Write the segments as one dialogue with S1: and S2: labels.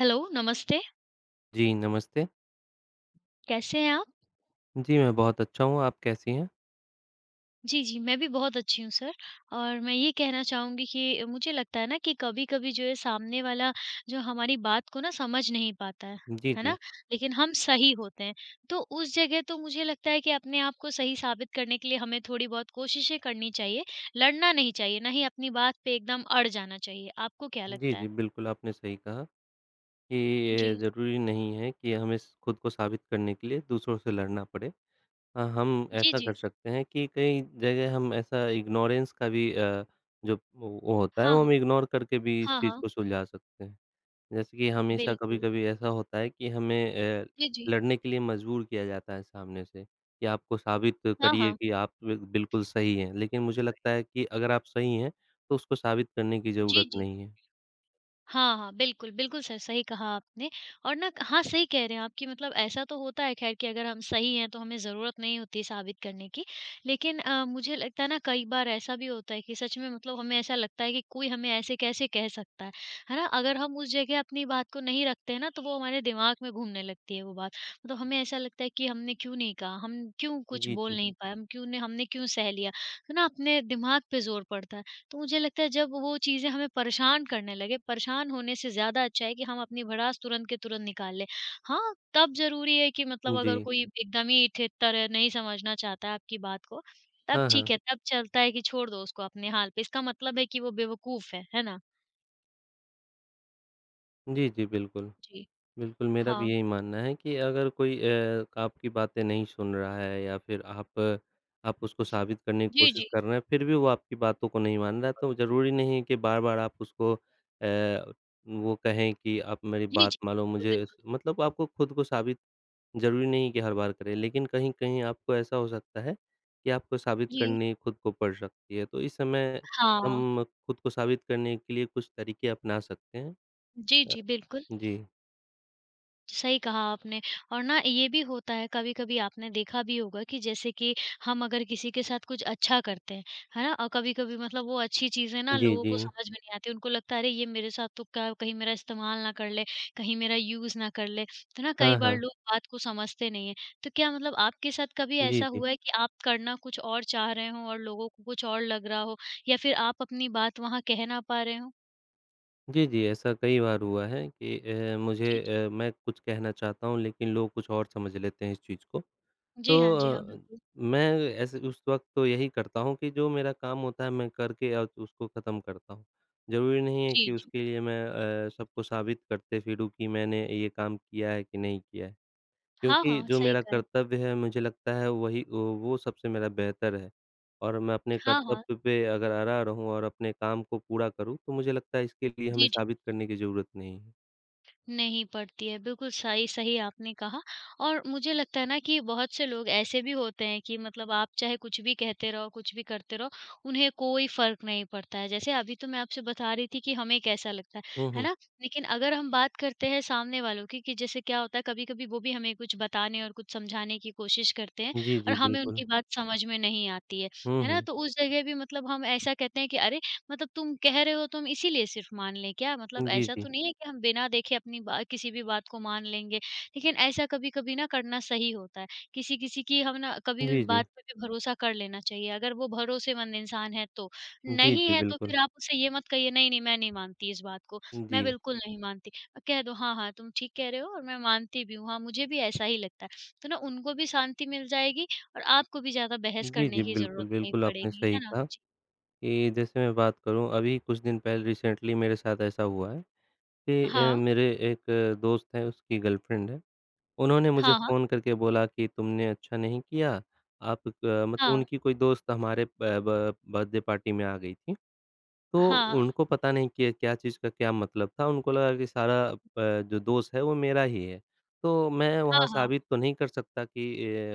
S1: Hello, नमस्ते,
S2: जी, नमस्ते।
S1: कैसे हैं आप?
S2: जी, मैं बहुत अच्छा हूँ, आप कैसी हैं?
S1: जी, जी, मैं भी बहुत अच्छी हूँ सर और मैं ये कहना चाहूँगी कि मुझे लगता है ना कि कभी-कभी जो है सामने वाला जो हमारी बात को ना समझ नहीं पाता
S2: जी,
S1: है
S2: जी।
S1: ना? लेकिन हम सही होते हैं, तो उस जगह तो मुझे लगता है कि अपने आप को सही साबित करने के लिए हमें थोड़ी बहुत कोशिशें करनी चाहिए, लड़ना नहीं चाहिए, ना ही अपनी बात पे एकदम अड़ जाना चाहिए। आपको क्या
S2: जी,
S1: लगता
S2: जी,
S1: है?
S2: बिल्कुल आपने सही कहा कि ये
S1: जी।
S2: ज़रूरी नहीं है कि हमें स खुद को साबित करने के लिए दूसरों से लड़ना पड़े। हम
S1: जी,
S2: ऐसा
S1: जी।
S2: कर सकते हैं कि कई जगह हम ऐसा इग्नोरेंस का भी जो वो होता है,
S1: हाँ,
S2: वो
S1: हाँ।
S2: हम इग्नोर करके भी इस
S1: हाँ,
S2: चीज़
S1: हाँ।
S2: को सुलझा सकते हैं। जैसे कि हमेशा
S1: बिल्कुल।
S2: कभी-कभी ऐसा होता है कि हमें
S1: जी, जी।
S2: लड़ने के लिए मजबूर किया जाता है सामने से, कि आपको साबित
S1: हाँ,
S2: करिए
S1: हाँ।
S2: कि आप बि बिल्कुल सही हैं। लेकिन मुझे लगता है कि अगर आप सही हैं, तो उसको साबित करने की
S1: जी,
S2: ज़रूरत
S1: जी।
S2: नहीं है।
S1: हाँ, हाँ, बिल्कुल, बिल्कुल सर, सही कहा आपने और ना हाँ, सही कह रहे हैं आप कि मतलब ऐसा तो होता है ख़ैर कि अगर हम सही हैं, तो हमें ज़रूरत नहीं होती साबित करने की। लेकिन मुझे लगता है ना कई बार ऐसा भी होता है कि सच में मतलब हमें ऐसा लगता है कि कोई हमें ऐसे कैसे कह सकता है ना? अगर हम उस जगह अपनी बात को नहीं रखते हैं ना, तो वो हमारे दिमाग में घूमने लगती है वो बात। मतलब हमें ऐसा लगता है कि हमने क्यों नहीं कहा, हम क्यों कुछ
S2: जी,
S1: बोल
S2: जी।
S1: नहीं पाए, हम क्यों ने हमने क्यों सह लिया? तो ना अपने दिमाग पे ज़ोर पड़ता है। तो मुझे लगता है जब वो चीज़ें हमें परेशान करने लगे, परेशान होने से ज़्यादा अच्छा है कि हम अपनी भड़ास तुरंत के तुरंत निकाल लें। हाँ, तब ज़रूरी है कि मतलब
S2: जी।
S1: अगर कोई एकदम ही ठेठर है, नहीं समझना चाहता है आपकी बात को, तब
S2: हाँ,
S1: ठीक
S2: हाँ।
S1: है, तब चलता है कि छोड़ दो उसको अपने हाल पे। इसका मतलब है कि वो बेवकूफ़ है ना?
S2: जी, जी, बिल्कुल।
S1: जी,
S2: बिल्कुल, मेरा भी
S1: हाँ।
S2: यही मानना है कि अगर कोई आपकी बातें नहीं सुन रहा है या फिर आप उसको साबित करने की
S1: जी,
S2: कोशिश
S1: जी।
S2: कर रहे हैं, फिर भी वो आपकी बातों को नहीं मान रहा है, तो
S1: बातों को
S2: ज़रूरी नहीं है कि बार-बार आप उसको वो कहें कि आप मेरी
S1: नहीं जी,
S2: बात
S1: जी।
S2: मानो
S1: बिल्कुल,
S2: मुझे
S1: बिल्कुल।
S2: मतलब आपको खुद को साबित ज़रूरी नहीं कि हर बार करें, लेकिन कहीं-कहीं आपको ऐसा हो सकता है कि आपको साबित
S1: जी,
S2: करनी खुद को पड़ सकती है। तो इस समय
S1: हाँ।
S2: हम खुद को साबित करने के लिए कुछ तरीके अपना सकते हैं।
S1: जी,
S2: अ,
S1: जी, बिल्कुल।
S2: जी।
S1: सही कहा आपने और ना ये भी होता है कभी-कभी आपने देखा भी होगा कि जैसे कि हम अगर किसी के साथ कुछ अच्छा करते हैं, है ना? और कभी-कभी मतलब वो अच्छी चीज़ें ना
S2: जी,
S1: लोगों
S2: जी।
S1: को समझ में नहीं आती, उनको लगता है अरे! ये मेरे साथ तो क्या कहीं मेरा इस्तेमाल ना कर ले, कहीं मेरा यूज़ ना कर ले, तो ना कई
S2: हाँ,
S1: बार
S2: हाँ।
S1: लोग बात को समझते नहीं हैं। तो क्या मतलब आपके साथ कभी
S2: जी,
S1: ऐसा
S2: जी।
S1: हुआ है कि आप करना कुछ और चाह रहे हों और लोगों को कुछ और लग रहा हो या फिर आप अपनी बात वहाँ कह ना पा रहे हों?
S2: जी, जी, ऐसा कई बार हुआ है कि मुझे
S1: जी, जी।
S2: मैं कुछ कहना चाहता हूँ लेकिन लोग कुछ और समझ लेते हैं इस चीज़ को।
S1: जी
S2: तो
S1: हाँ, जी हाँ, बिल्कुल।
S2: मैं ऐसे उस वक़्त तो यही करता हूँ कि जो मेरा काम होता है मैं करके और उसको ख़त्म करता हूँ। ज़रूरी नहीं है
S1: जी,
S2: कि
S1: जी।
S2: उसके लिए मैं सबको साबित करते फिरूँ कि मैंने ये काम किया है कि नहीं किया है।
S1: हाँ,
S2: क्योंकि
S1: हाँ,
S2: जो
S1: सही
S2: मेरा
S1: कहा है।
S2: कर्तव्य है मुझे लगता है वही वो सबसे मेरा बेहतर है और मैं अपने
S1: हाँ, हाँ।
S2: कर्तव्य पे अगर अड़ा रहूँ और अपने काम को पूरा करूँ तो मुझे लगता है इसके लिए हमें
S1: जी, जी।
S2: साबित करने की ज़रूरत नहीं है।
S1: नहीं पड़ती है, बिल्कुल सही सही आपने कहा और मुझे लगता है ना कि बहुत से लोग ऐसे भी होते हैं कि मतलब आप चाहे कुछ भी कहते रहो, कुछ भी करते रहो, उन्हें कोई फ़र्क नहीं पड़ता है। जैसे अभी तो मैं आपसे बता रही थी कि हमें कैसा लगता
S2: हुँ,
S1: है
S2: हुँ।
S1: ना? लेकिन अगर हम बात करते हैं सामने वालों की कि जैसे क्या होता है कभी-कभी वो भी हमें कुछ बताने और कुछ समझाने की कोशिश करते हैं
S2: जी,
S1: और
S2: जी,
S1: हमें
S2: बिल्कुल।
S1: उनकी बात समझ में नहीं आती
S2: हुँ,
S1: है ना?
S2: हुँ।
S1: तो उस जगह भी मतलब हम ऐसा कहते हैं कि अरे! मतलब तुम कह रहे हो तो हम इसीलिए सिर्फ़ मान लें क्या? मतलब
S2: जी,
S1: ऐसा
S2: जी।
S1: तो नहीं है कि हम बिना देखे अपनी बा किसी भी बात को मान लेंगे। लेकिन ऐसा कभी-कभी ना करना सही होता है। किसी-किसी की हम ना कभी भी
S2: जी, जी।
S1: बात पे भी भरोसा कर लेना चाहिए, अगर वो भरोसेमंद इंसान है तो।
S2: जी,
S1: नहीं
S2: जी,
S1: है तो
S2: बिल्कुल।
S1: फिर आप उसे ये मत कहिए नहीं, नहीं मैं नहीं मानती इस बात को,
S2: जी।
S1: मैं बिल्कुल नहीं मानती। कह दो हाँ, हाँ तुम ठीक कह रहे हो और मैं मानती भी हूँ, हाँ मुझे भी ऐसा ही लगता है। तो ना उनको भी शांति मिल जाएगी और आपको भी ज़्यादा बहस
S2: जी, जी,
S1: करने की
S2: बिल्कुल,
S1: ज़रूरत नहीं
S2: बिल्कुल आपने
S1: पड़ेगी,
S2: सही
S1: है ना?
S2: कहा कि जैसे मैं बात करूँ अभी कुछ दिन पहले रिसेंटली मेरे साथ ऐसा हुआ है कि
S1: हाँ।
S2: मेरे एक दोस्त हैं उसकी गर्लफ्रेंड है। उन्होंने मुझे
S1: हाँ, हाँ।
S2: फ़ोन करके बोला कि तुमने अच्छा नहीं किया, आप क मतलब
S1: हाँ।
S2: उनकी कोई दोस्त हमारे ब ब बर्थडे पार्टी में आ गई थी। तो
S1: हाँ,
S2: उनको पता नहीं कि क्या चीज़ का क्या मतलब था, उनको लगा कि सारा प जो दोष है वो मेरा ही है। तो मैं
S1: हाँ,
S2: वहाँ
S1: हाँ।
S2: साबित तो नहीं कर सकता कि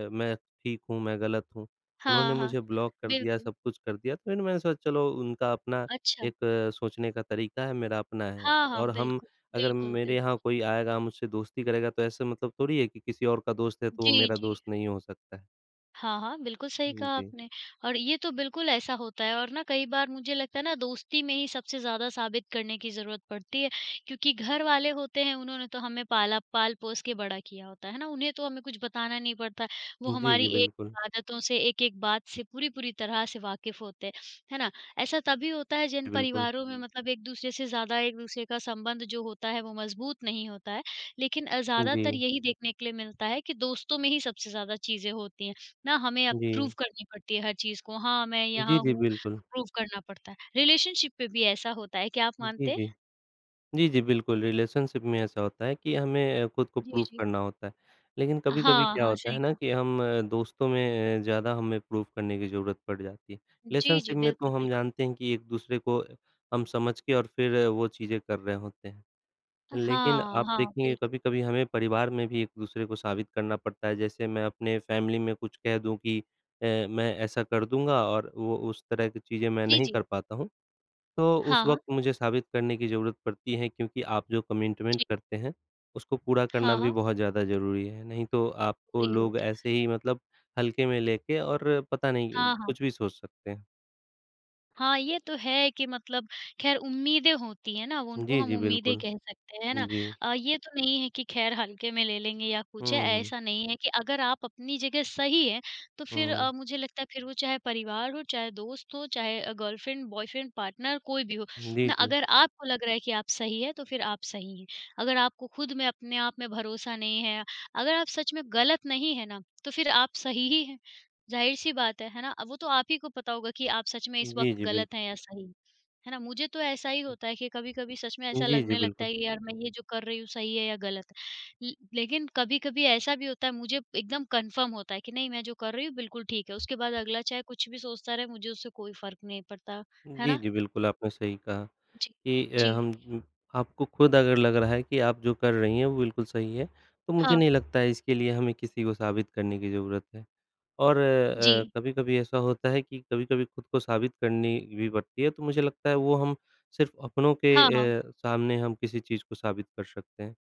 S2: मैं ठीक हूँ, मैं गलत हूँ। उन्होंने
S1: हाँ, हाँ।
S2: मुझे ब्लॉक कर दिया,
S1: बिल्कुल,
S2: सब कुछ कर दिया, तो फिर मैंने सोचा चलो उनका अपना
S1: अच्छा।
S2: एक सोचने का तरीका है, मेरा अपना है।
S1: हाँ, हाँ,
S2: और हम
S1: बिल्कुल,
S2: अगर
S1: बिल्कुल,
S2: मेरे
S1: बिल्कुल।
S2: यहाँ कोई आएगा मुझसे दोस्ती करेगा तो ऐसे मतलब थोड़ी है कि किसी और का दोस्त है तो वो
S1: जी,
S2: मेरा
S1: जी।
S2: दोस्त नहीं हो सकता है।
S1: हाँ, हाँ, बिल्कुल सही कहा
S2: जी।
S1: आपने और ये तो बिल्कुल ऐसा होता है और ना कई बार मुझे लगता है ना दोस्ती में ही सबसे ज़्यादा साबित करने की ज़रूरत पड़ती है क्योंकि घर वाले होते हैं उन्होंने तो हमें पाला पाल-पोस के बड़ा किया होता है ना, उन्हें तो हमें कुछ बताना नहीं पड़ता, वो
S2: जी, जी,
S1: हमारी एक
S2: बिल्कुल।
S1: आदतों से, एक-एक बात से पूरी-पूरी तरह से वाकिफ़ होते हैं, है ना? ऐसा तभी होता है जिन
S2: जी, बिल्कुल।
S1: परिवारों में जी। मतलब एक-दूसरे से ज़्यादा एक-दूसरे का संबंध जो होता है वो मज़बूत नहीं होता है, लेकिन ज़्यादातर
S2: जी,
S1: यही देखने के लिए मिलता है कि दोस्तों में ही सबसे ज़्यादा चीज़ें होती हैं। ना हमें अब
S2: जी।
S1: प्रूव करनी पड़ती है हर चीज़ को, हाँ, मैं
S2: जी,
S1: यहाँ
S2: जी,
S1: हूँ,
S2: बिल्कुल।
S1: तो प्रूव करना पड़ता है। रिलेशनशिप पे भी ऐसा होता है, क्या आप
S2: जी,
S1: मानते हैं?
S2: जी। जी, जी, बिल्कुल रिलेशनशिप में ऐसा होता है कि हमें खुद को
S1: जी,
S2: प्रूफ़
S1: जी।
S2: करना होता है। लेकिन कभी-कभी
S1: हाँ,
S2: क्या
S1: हाँ,
S2: होता है
S1: सही
S2: ना
S1: कहा।
S2: कि हम दोस्तों में ज़्यादा हमें प्रूफ़ करने की ज़रूरत पड़ जाती है।
S1: जी, जी,
S2: रिलेशनशिप में तो
S1: बिल्कुल,
S2: हम
S1: बिल्कुल।
S2: जानते हैं कि एक-दूसरे को हम समझ के और फिर वो चीज़ें कर रहे होते हैं। लेकिन
S1: हाँ,
S2: आप
S1: हाँ,
S2: देखेंगे
S1: बिल्कुल।
S2: कभी-कभी हमें परिवार में भी एक-दूसरे को साबित करना पड़ता है। जैसे मैं अपने फ़ैमिली में कुछ कह दूँ कि मैं ऐसा कर दूँगा और वो उस तरह की चीज़ें मैं
S1: जी,
S2: नहीं
S1: जी।
S2: कर पाता हूँ। तो उस
S1: हाँ, हाँ।
S2: वक़्त मुझे साबित करने की ज़रूरत पड़ती है क्योंकि आप जो कमिटमेंट
S1: जी।
S2: करते हैं, उसको पूरा करना
S1: हाँ,
S2: भी
S1: हाँ।
S2: बहुत ज़्यादा ज़रूरी है। नहीं तो आपको
S1: पूरी
S2: लोग
S1: होता है।
S2: ऐसे ही मतलब हल्के में लेके और पता नहीं
S1: हाँ, हाँ।
S2: कुछ भी सोच सकते हैं।
S1: हाँ, ये तो है कि मतलब ख़ैर उम्मीदें होती हैं ना, वो उनको
S2: जी,
S1: हम
S2: जी,
S1: उम्मीदें
S2: बिल्कुल।
S1: कह सकते हैं, है ना?
S2: जी।
S1: ये तो नहीं है कि ख़ैर हल्के में ले लेंगे या कुछ है,
S2: हुँ, हुँ,
S1: ऐसा नहीं है कि अगर आप अपनी जगह सही हैं, तो फिर
S2: हुँ।
S1: मुझे लगता है फिर वो चाहे परिवार हो, चाहे दोस्त हो, चाहे गर्लफ्रेंड, बॉयफ्रेंड, पार्टनर कोई भी हो
S2: जी,
S1: ना,
S2: जी।
S1: अगर आपको लग रहा है कि आप सही हैं, तो फिर आप सही हैं। अगर आपको खुद में अपने आप में भरोसा नहीं है, अगर आप सच में गलत नहीं हैं ना, तो फिर आप सही ही हैं। ज़ाहिर-सी बात है ना? अब वो तो आप ही को पता होगा कि आप सच में इस
S2: जी,
S1: वक़्त
S2: जी,
S1: गलत
S2: बिल्कुल।
S1: हैं या सही, है ना? मुझे तो ऐसा ही होता है कि कभी-कभी सच में ऐसा
S2: जी, जी,
S1: लगने लगता
S2: बिल्कुल।
S1: है कि यार मैं ये जो कर रही हूँ सही है या गलत है। ल लेकिन कभी-कभी ऐसा भी होता है मुझे एकदम कन्फर्म होता है कि नहीं मैं जो कर रही हूँ बिल्कुल ठीक है। उसके बाद अगला चाहे कुछ भी सोचता रहे मुझे उससे कोई फ़र्क नहीं पड़ता, है
S2: जी,
S1: ना?
S2: जी, बिल्कुल आपने सही कहा।
S1: जी,
S2: कि
S1: जी,
S2: हम आपको खुद अगर लग रहा है कि आप जो कर रही हैं वो बिल्कुल सही है, तो मुझे
S1: हाँ,
S2: नहीं लगता है इसके लिए हमें किसी को साबित करने की ज़रूरत है। और
S1: जी,
S2: कभी-कभी ऐसा होता है कि कभी-कभी खुद को साबित करनी भी पड़ती है, तो मुझे लगता है वो हम सिर्फ़ अपनों के
S1: हाँ, हाँ।
S2: सामने हम किसी चीज़ को साबित कर सकते हैं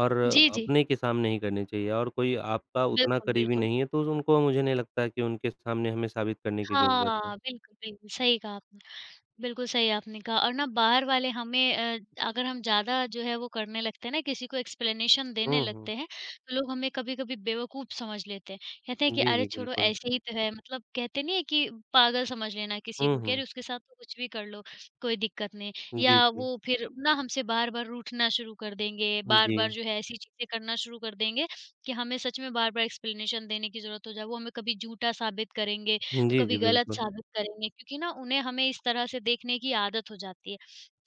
S2: और
S1: जी, जी।
S2: अपने के सामने ही करनी चाहिए और कोई आपका उतना
S1: बिल्कुल,
S2: करीबी
S1: बिल्कुल।
S2: नहीं है, तो उनको मुझे नहीं लगता है कि उनके सामने हमें साबित करने की ज़रूरत है।
S1: हाँ, बिल्कुल, बिल्कुल सही कहा आपने। बिल्कुल सही आपने कहा और ना बाहर वाले हमें अगर हम ज़्यादा जो है वो करने लगते हैं ना किसी को एक्सप्लेनेशन देने
S2: हुँ, हुँ।
S1: लगते हैं, तो लोग हमें कभी-कभी बेवकूफ़ समझ लेते हैं। कहते हैं कि
S2: जी,
S1: अरे
S2: जी,
S1: छोड़ो
S2: बिल्कुल।
S1: ऐसे ही तो है मतलब कहते नहीं है कि पागल समझ लेना किसी
S2: हुँ,
S1: को कि
S2: हुँ।
S1: अरे उसके साथ तो कुछ भी कर लो, कोई दिक्कत नहीं।
S2: जी,
S1: या
S2: जी।
S1: वो फिर ना हमसे बार-बार रूठना शुरू कर देंगे,
S2: जी।
S1: बार-बार जो है ऐसी चीज़ें करना शुरू कर देंगे कि हमें सच में बार-बार एक्सप्लेनेशन देने की ज़रूरत हो जाए। वो हमें कभी झूठा साबित करेंगे तो
S2: जी, जी,
S1: कभी गलत
S2: बिल्कुल।
S1: साबित करेंगे क्योंकि ना उन्हें हमें इस तरह से देखने की आदत हो जाती है।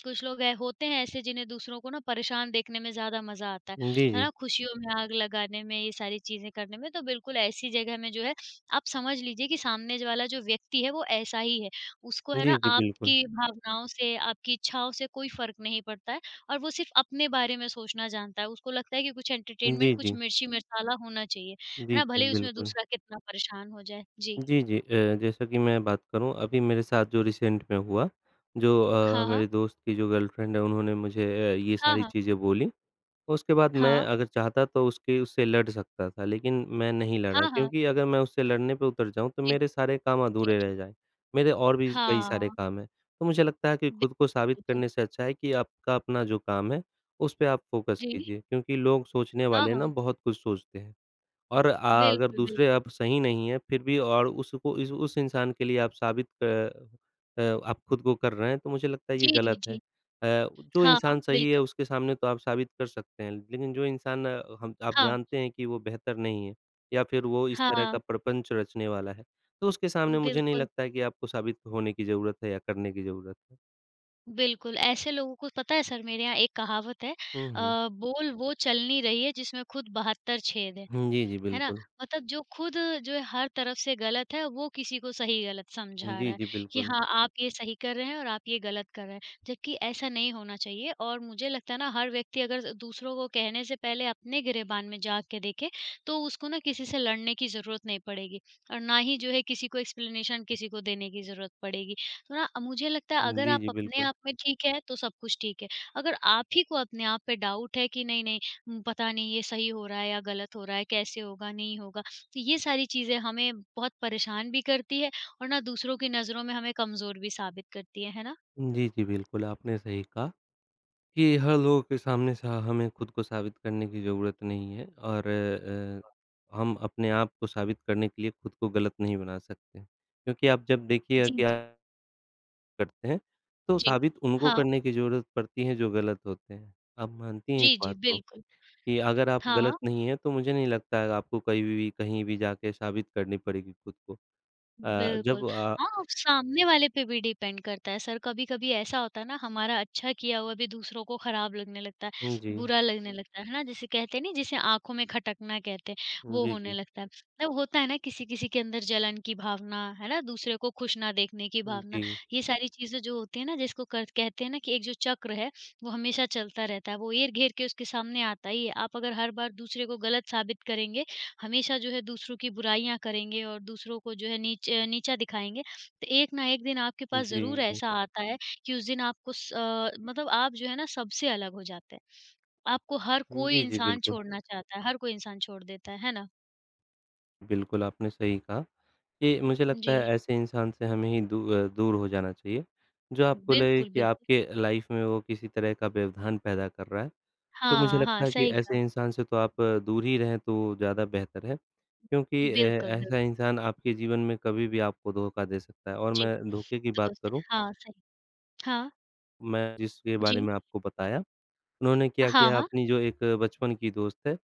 S1: कुछ लोग ऐ होते हैं ऐसे जिन्हें दूसरों को ना परेशान देखने में ज़्यादा मज़ा आता
S2: जी,
S1: है
S2: जी।
S1: ना? खुशियों में आग लगाने में, ये सारी चीज़ें करने में, तो बिल्कुल ऐसी जगह में जो है आप समझ लीजिए कि सामने ज वाला जो व्यक्ति है वो ऐसा ही है। उसको है ना
S2: जी, जी,
S1: आपकी
S2: बिल्कुल।
S1: भावनाओं से, आपकी इच्छाओं से कोई फ़र्क नहीं पड़ता है और वो सिर्फ़ अपने बारे में सोचना जानता है। उसको लगता है कि कुछ
S2: जी,
S1: एंटरटेनमेंट, कुछ
S2: जी।
S1: मिर्ची-मिर्चाला होना चाहिए, है
S2: जी,
S1: ना?
S2: जी,
S1: भले ही उसमें
S2: बिल्कुल।
S1: दूसरा कितना परेशान हो जाए। जी।
S2: जी, जी जैसा कि मैं बात करूँ, अभी मेरे साथ जो रिसेंट में हुआ, जो
S1: हाँ, हाँ।
S2: मेरे दोस्त की जो गर्लफ्रेंड है, उन्होंने मुझे ये
S1: हाँ,
S2: सारी
S1: हाँ।
S2: चीज़ें बोली। तो उसके बाद मैं
S1: हाँ।
S2: अगर चाहता तो उसके उससे लड़ सकता था, लेकिन मैं नहीं लड़ा
S1: हाँ, हाँ।
S2: क्योंकि अगर मैं उससे लड़ने पे उतर जाऊँ तो
S1: जी,
S2: मेरे सारे काम
S1: जी,
S2: अधूरे
S1: जी।
S2: रह जाएँ। मेरे और भी कई
S1: हाँ,
S2: सारे काम हैं। तो मुझे लगता है कि
S1: बिल
S2: खुद को साबित
S1: बिल्कुल।
S2: करने से अच्छा है कि आपका अपना जो काम है, उस पे आप फ़ोकस
S1: जी।
S2: कीजिए क्योंकि लोग सोचने
S1: हाँ,
S2: वाले ना
S1: हाँ।
S2: बहुत कुछ सोचते हैं। और अगर
S1: बिल्कुल,
S2: दूसरे
S1: बिल्कुल।
S2: आप सही नहीं हैं, फिर भी और उसको इस उस इंसान के लिए आप साबित आप खुद को कर रहे हैं, तो मुझे लगता है ये
S1: जी, जी,
S2: गलत है।
S1: जी।
S2: जो
S1: हाँ, हाँ,
S2: इंसान सही है,
S1: बिल्कुल।
S2: उसके सामने तो आप साबित कर सकते हैं, लेकिन जो इंसान हम आप
S1: हाँ,
S2: जानते हैं कि वो बेहतर नहीं है या फिर वो इस तरह
S1: हाँ,
S2: का प्रपंच रचने वाला है, तो उसके सामने मुझे नहीं
S1: बिल्कुल,
S2: लगता है कि आपको साबित होने की ज़रूरत है या करने की ज़रूरत है।
S1: बिल्कुल। ऐसे लोगों को पता है सर मेरे यहाँ एक कहावत है
S2: हुँ, हुँ।
S1: बोल वो चलनी रही है जिसमें खुद 72 छेद है।
S2: हुँ, जी, जी,
S1: है ना?
S2: बिल्कुल।
S1: मतलब जो खुद जो है हर तरफ से गलत है, वो किसी को सही-गलत समझा
S2: जी,
S1: रहा है
S2: जी,
S1: कि
S2: बिल्कुल।
S1: हाँ, आप ये सही कर रहे हैं और आप ये गलत कर रहे हैं। जबकि ऐसा नहीं होना चाहिए और मुझे लगता है ना हर व्यक्ति अगर दूसरों को कहने से पहले अपने गिरेबान में झाँक के देखे, तो उसको ना किसी से लड़ने की ज़रूरत नहीं पड़ेगी और ना ही जो है किसी को एक्सप्लेनेशन किसी को देने की ज़रूरत पड़ेगी। तो ना मुझे लगता है अगर
S2: जी,
S1: आप
S2: जी,
S1: अपने
S2: बिल्कुल।
S1: आप में ठीक है, तो सब कुछ ठीक है। अगर आप ही को अपने आप पे डाउट है कि नहीं, नहीं हुँ, पता नहीं ये सही हो रहा है या गलत हो रहा है, कैसे होगा, नहीं होगा। तो ये सारी चीज़ें हमें बहुत परेशान भी करती है और ना दूसरों की नज़रों में हमें कमज़ोर भी साबित करती है ना?
S2: जी, जी, बिल्कुल, आपने सही कहा। कि हर लोगों के सामने सा हमें खुद को साबित करने की ज़रूरत नहीं है और हम अपने आप को साबित करने के लिए खुद को गलत नहीं बना सकते। क्योंकि आप जब देखिएगा कि
S1: जी, जी।
S2: आप करते हैं, तो
S1: जी।
S2: साबित उनको
S1: हाँ।
S2: करने की ज़रूरत पड़ती है जो गलत होते हैं। आप मानती हैं इस
S1: जी, जी,
S2: बात को
S1: बिल्कुल।
S2: कि अगर आप
S1: हाँ,
S2: गलत
S1: हाँ।
S2: नहीं हैं, तो मुझे नहीं लगता है आपको कहीं भी जाके साबित करनी पड़ेगी खुद को। अ,
S1: बिल्कुल।
S2: जब अ,
S1: हाँ, अब सामने वाले पे भी डिपेंड करता है सर, कभी-कभी ऐसा होता है ना हमारा अच्छा किया हुआ भी दूसरों को खराब लगने लगता है,
S2: जी,
S1: बुरा लगने जी। लगता है ना? जिसे कहते हैं नहीं जिसे आँखों में खटकना कहते हैं,
S2: जी,
S1: वो
S2: जी,
S1: होने
S2: जी,
S1: लगता है। मतलब होता है ना किसी-किसी के अंदर जलन की भावना, है ना? दूसरे को खुश ना देखने की भावना,
S2: जी,
S1: ये सारी चीज़ें जो होती हैं ना जिसको कर कहते हैं ना कि एक जो चक्र है, वो हमेशा चलता रहता है, वो घेर-घेर के उसके सामने आता ही है। आप अगर हर बार दूसरे को गलत साबित करेंगे, हमेशा जो है दूसरों की बुराइयाँ करेंगे और दूसरों को जो है नीचा दिखाएँगे, तो एक ना एक दिन आपके पास ज़रूर
S2: जी,
S1: ऐसा आता है कि उस दिन मतलब आप जो है ना सबसे अलग हो जाते हैं। आपको हर कोई
S2: जी, जी
S1: इंसान
S2: बिल्कुल,
S1: छोड़ना चाहता है, हर कोई इंसान छोड़ देता है ना?
S2: बिल्कुल आपने सही कहा। ये मुझे लगता
S1: जी,
S2: है ऐसे इंसान से हमें ही दूर हो जाना चाहिए, जो आपको लगे
S1: बिल्कुल,
S2: कि
S1: बिल्कुल।
S2: आपके लाइफ़ में वो किसी तरह का व्यवधान पैदा कर रहा है। तो मुझे
S1: हाँ, हाँ,
S2: लगता है कि
S1: सही कहा।
S2: ऐसे इंसान से तो आप दूर ही रहें तो ज़्यादा बेहतर है, क्योंकि
S1: बिल्कुल,
S2: ऐसा
S1: बिल्कुल।
S2: इंसान आपके जीवन में कभी भी आपको धोखा दे सकता है और
S1: जी,
S2: मैं धोखे की बात
S1: दोस्त हैं।
S2: करूँ,
S1: हाँ, सही। हाँ,
S2: मैं जिसके
S1: जी।
S2: बारे में आपको बताया उन्होंने क्या
S1: हाँ,
S2: किया
S1: हाँ।
S2: अपनी जो एक बचपन की दोस्त है,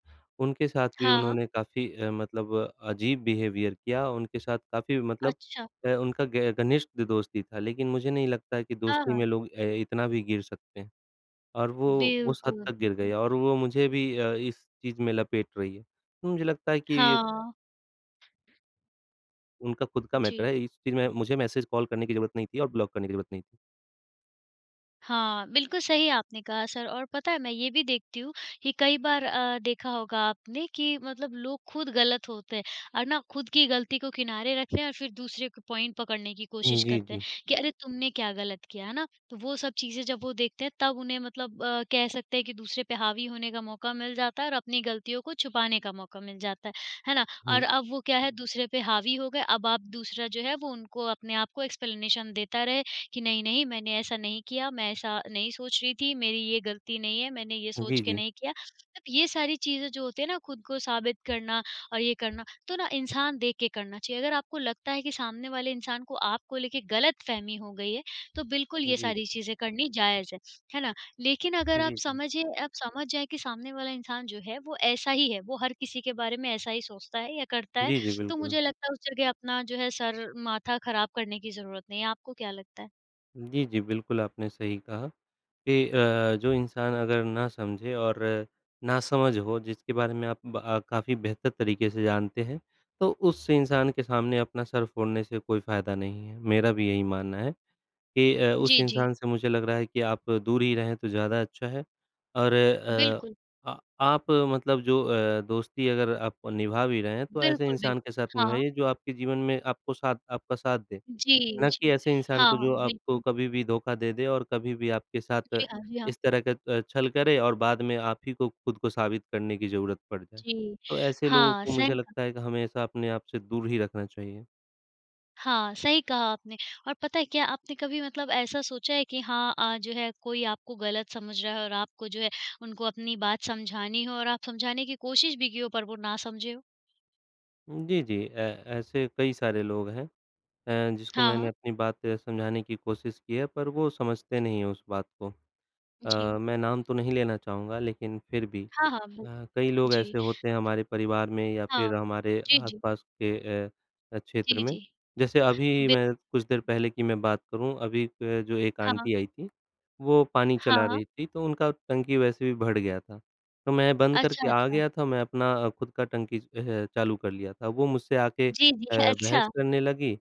S2: उनके साथ भी
S1: हाँ, हाँ।
S2: उन्होंने काफ़ी मतलब अजीब बिहेवियर किया, उनके साथ काफ़ी मतलब
S1: अच्छा।
S2: उनका ग घनिष्ठ दोस्ती था, लेकिन मुझे नहीं लगता है कि
S1: हाँ,
S2: दोस्ती
S1: हाँ।
S2: में लोग इतना भी गिर सकते हैं और वो उस हद
S1: बिल्कुल,
S2: तक गिर गए
S1: बिल्कुल।
S2: और वो मुझे भी इस चीज़ में लपेट रही है। तो मुझे लगता है कि ये
S1: हाँ,
S2: उनका खुद का
S1: जी।
S2: मैटर है, इस चीज़ में मुझे मैसेज कॉल करने की ज़रूरत नहीं थी और ब्लॉक करने की ज़रूरत नहीं थी।
S1: हाँ, बिल्कुल सही आपने कहा सर। और पता है मैं ये भी देखती हूँ कि कई बार देखा होगा आपने कि मतलब लोग खुद गलत होते हैं और ना खुद की गलती को किनारे रखते हैं और फिर दूसरे को पॉइंट पकड़ने की कोशिश
S2: जी,
S1: करते हैं
S2: जी।
S1: कि अरे तुमने क्या गलत किया, है ना? तो वो सब चीज़ें जब वो देखते हैं तब उन्हें कह सकते हैं कि दूसरे पे हावी होने का मौका मिल जाता है और अपनी गलतियों को छुपाने का मौका मिल जाता है ना?
S2: हुँ,
S1: और अब वो क्या है, दूसरे पे हावी हो गए, अब आप दूसरा जो है वो उनको अपने आप को एक्सप्लेनेशन देता रहे कि नहीं-नहीं मैंने ऐसा नहीं किया, मैं ऐसा नहीं सोच रही थी, मेरी ये गलती नहीं है, मैंने ये सोच
S2: जी,
S1: के
S2: जी।
S1: नहीं किया। मतलब ये सारी चीज़ें जो होती है ना, खुद को साबित करना और ये करना, तो ना इंसान देख के करना चाहिए। अगर आपको लगता है कि सामने वाले इंसान को आपको लेके गलतफ़हमी हो गई है, तो बिल्कुल
S2: जी,
S1: ये
S2: जी।
S1: सारी चीज़ें करनी जायज़ है ना? लेकिन अगर
S2: जी, जी।
S1: आप समझ जाएँ कि सामने वाला इंसान जो है वो ऐसा ही है, वो हर किसी के बारे में ऐसा ही सोचता है या करता है,
S2: जी, जी,
S1: तो
S2: बिल्कुल।
S1: मुझे लगता है उस जगह अपना जो है सर, माथा ख़राब करने की ज़रूरत नहीं है। आपको क्या लगता है?
S2: जी, जी, बिल्कुल आपने सही कहा कि जो इंसान अगर ना समझे और नासमझ हो जिसके बारे में आप काफ़ी बेहतर तरीके से जानते हैं, तो उस इंसान के सामने अपना सर फोड़ने से कोई फ़ायदा नहीं है। मेरा भी यही मानना है कि उस
S1: जी, जी।
S2: इंसान से मुझे लग रहा है कि आप दूर ही रहें तो ज़्यादा अच्छा है और
S1: बिल्कुल,
S2: आ आप मतलब जो दोस्ती अगर आप निभा भी रहे हैं, तो ऐसे
S1: बिल्कुल,
S2: इंसान के
S1: बिल्कुल।
S2: साथ
S1: हाँ। हाँ।
S2: निभाइए जो आपके जीवन में आपको साथ आपका साथ दे।
S1: जी,
S2: ना कि
S1: जी।
S2: ऐसे इंसान
S1: हाँ,
S2: को
S1: हाँ,
S2: जो आपको
S1: बिल्कुल।
S2: कभी भी धोखा दे दे और कभी भी आपके साथ
S1: जी हाँ, जी हाँ।
S2: इस तरह का छल करे और बाद में आप ही को खुद को साबित करने की ज़रूरत पड़ जाए।
S1: जी।
S2: तो ऐसे लोगों
S1: हाँ,
S2: को
S1: सही
S2: मुझे
S1: कहा।
S2: लगता है कि हमेशा अपने आप से दूर ही रखना चाहिए।
S1: हाँ, सही कहा आपने। और पता है क्या आपने कभी मतलब ऐसा सोचा है कि जो है कोई आपको गलत समझ रहा है और आपको जो है उनको अपनी बात समझानी हो और आप समझाने की कोशिश भी की हो पर वो ना समझे हो?
S2: जी, जी। ऐसे कई सारे लोग हैं जिसको
S1: हाँ,
S2: मैंने
S1: हाँ।
S2: अपनी बात समझाने की कोशिश की है पर वो समझते नहीं हैं उस बात को।
S1: जी।
S2: मैं नाम तो नहीं लेना चाहूँगा लेकिन फिर भी।
S1: हाँ, हाँ, बिल्कुल।
S2: कई लोग
S1: जी।
S2: ऐसे होते हैं हमारे परिवार में या
S1: हाँ।
S2: फिर हमारे
S1: जी, जी।
S2: आस-पास के अ क्षेत्र
S1: जी,
S2: में।
S1: जी।
S2: जैसे अभी
S1: बिल।
S2: मैं कुछ देर पहले की मैं बात करूँ, अभी जो एक
S1: हाँ।
S2: आंटी आई थी, वो पानी
S1: हाँ।
S2: चला रही
S1: हाँ।
S2: थी, तो उनका टंकी वैसे भी भर गया था। तो मैं बंद करके
S1: अच्छा,
S2: आ
S1: अच्छा।
S2: गया था, मैं अपना खुद का टंकी चालू कर लिया था। वो मुझसे आके
S1: जी, जी।
S2: बहस
S1: अच्छा।
S2: करने लगी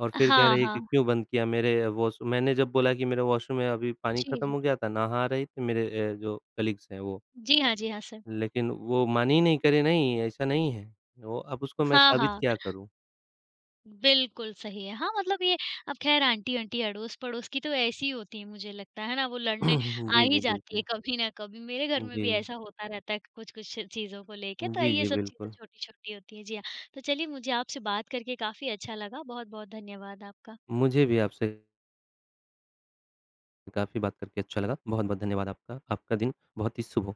S2: और फिर कह
S1: हाँ,
S2: रही है कि
S1: हाँ।
S2: क्यों बंद किया मेरे वॉश मैंने जब बोला कि मेरे वॉशरूम में अभी पानी
S1: जी,
S2: खत्म
S1: जी।
S2: हो गया था, नहा रही थी, मेरे जो कलीग्स हैं वो।
S1: जी हाँ, जी हाँ, सर।
S2: लेकिन वो मानी नहीं, करे नहीं, ऐसा नहीं है। वो अब उसको मैं
S1: हाँ,
S2: साबित
S1: हाँ,
S2: क्या करूँ?
S1: बिल्कुल सही है। हाँ, मतलब ये अब ख़ैर आंटी-आंटी, अड़ोस-पड़ोस की तो ऐसी होती हैं मुझे लगता है ना, वो लड़ने आ
S2: जी,
S1: ही
S2: जी,
S1: जाती है
S2: बिल्कुल।
S1: कभी ना कभी। मेरे घर में
S2: जी।
S1: भी ऐसा होता रहता है कुछ-कुछ चीज़ों को लेके, तो
S2: जी,
S1: ये
S2: जी,
S1: सब चीज़ें
S2: बिल्कुल।
S1: छोटी-छोटी होती हैं। जी हाँ, तो चलिए मुझे आपसे बात करके काफ़ी अच्छा लगा। बहुत-बहुत धन्यवाद आपका।
S2: मुझे भी आपसे काफ़ी बात करके अच्छा लगा। बहुत-बहुत धन्यवाद आपका। आपका दिन बहुत ही शुभ हो।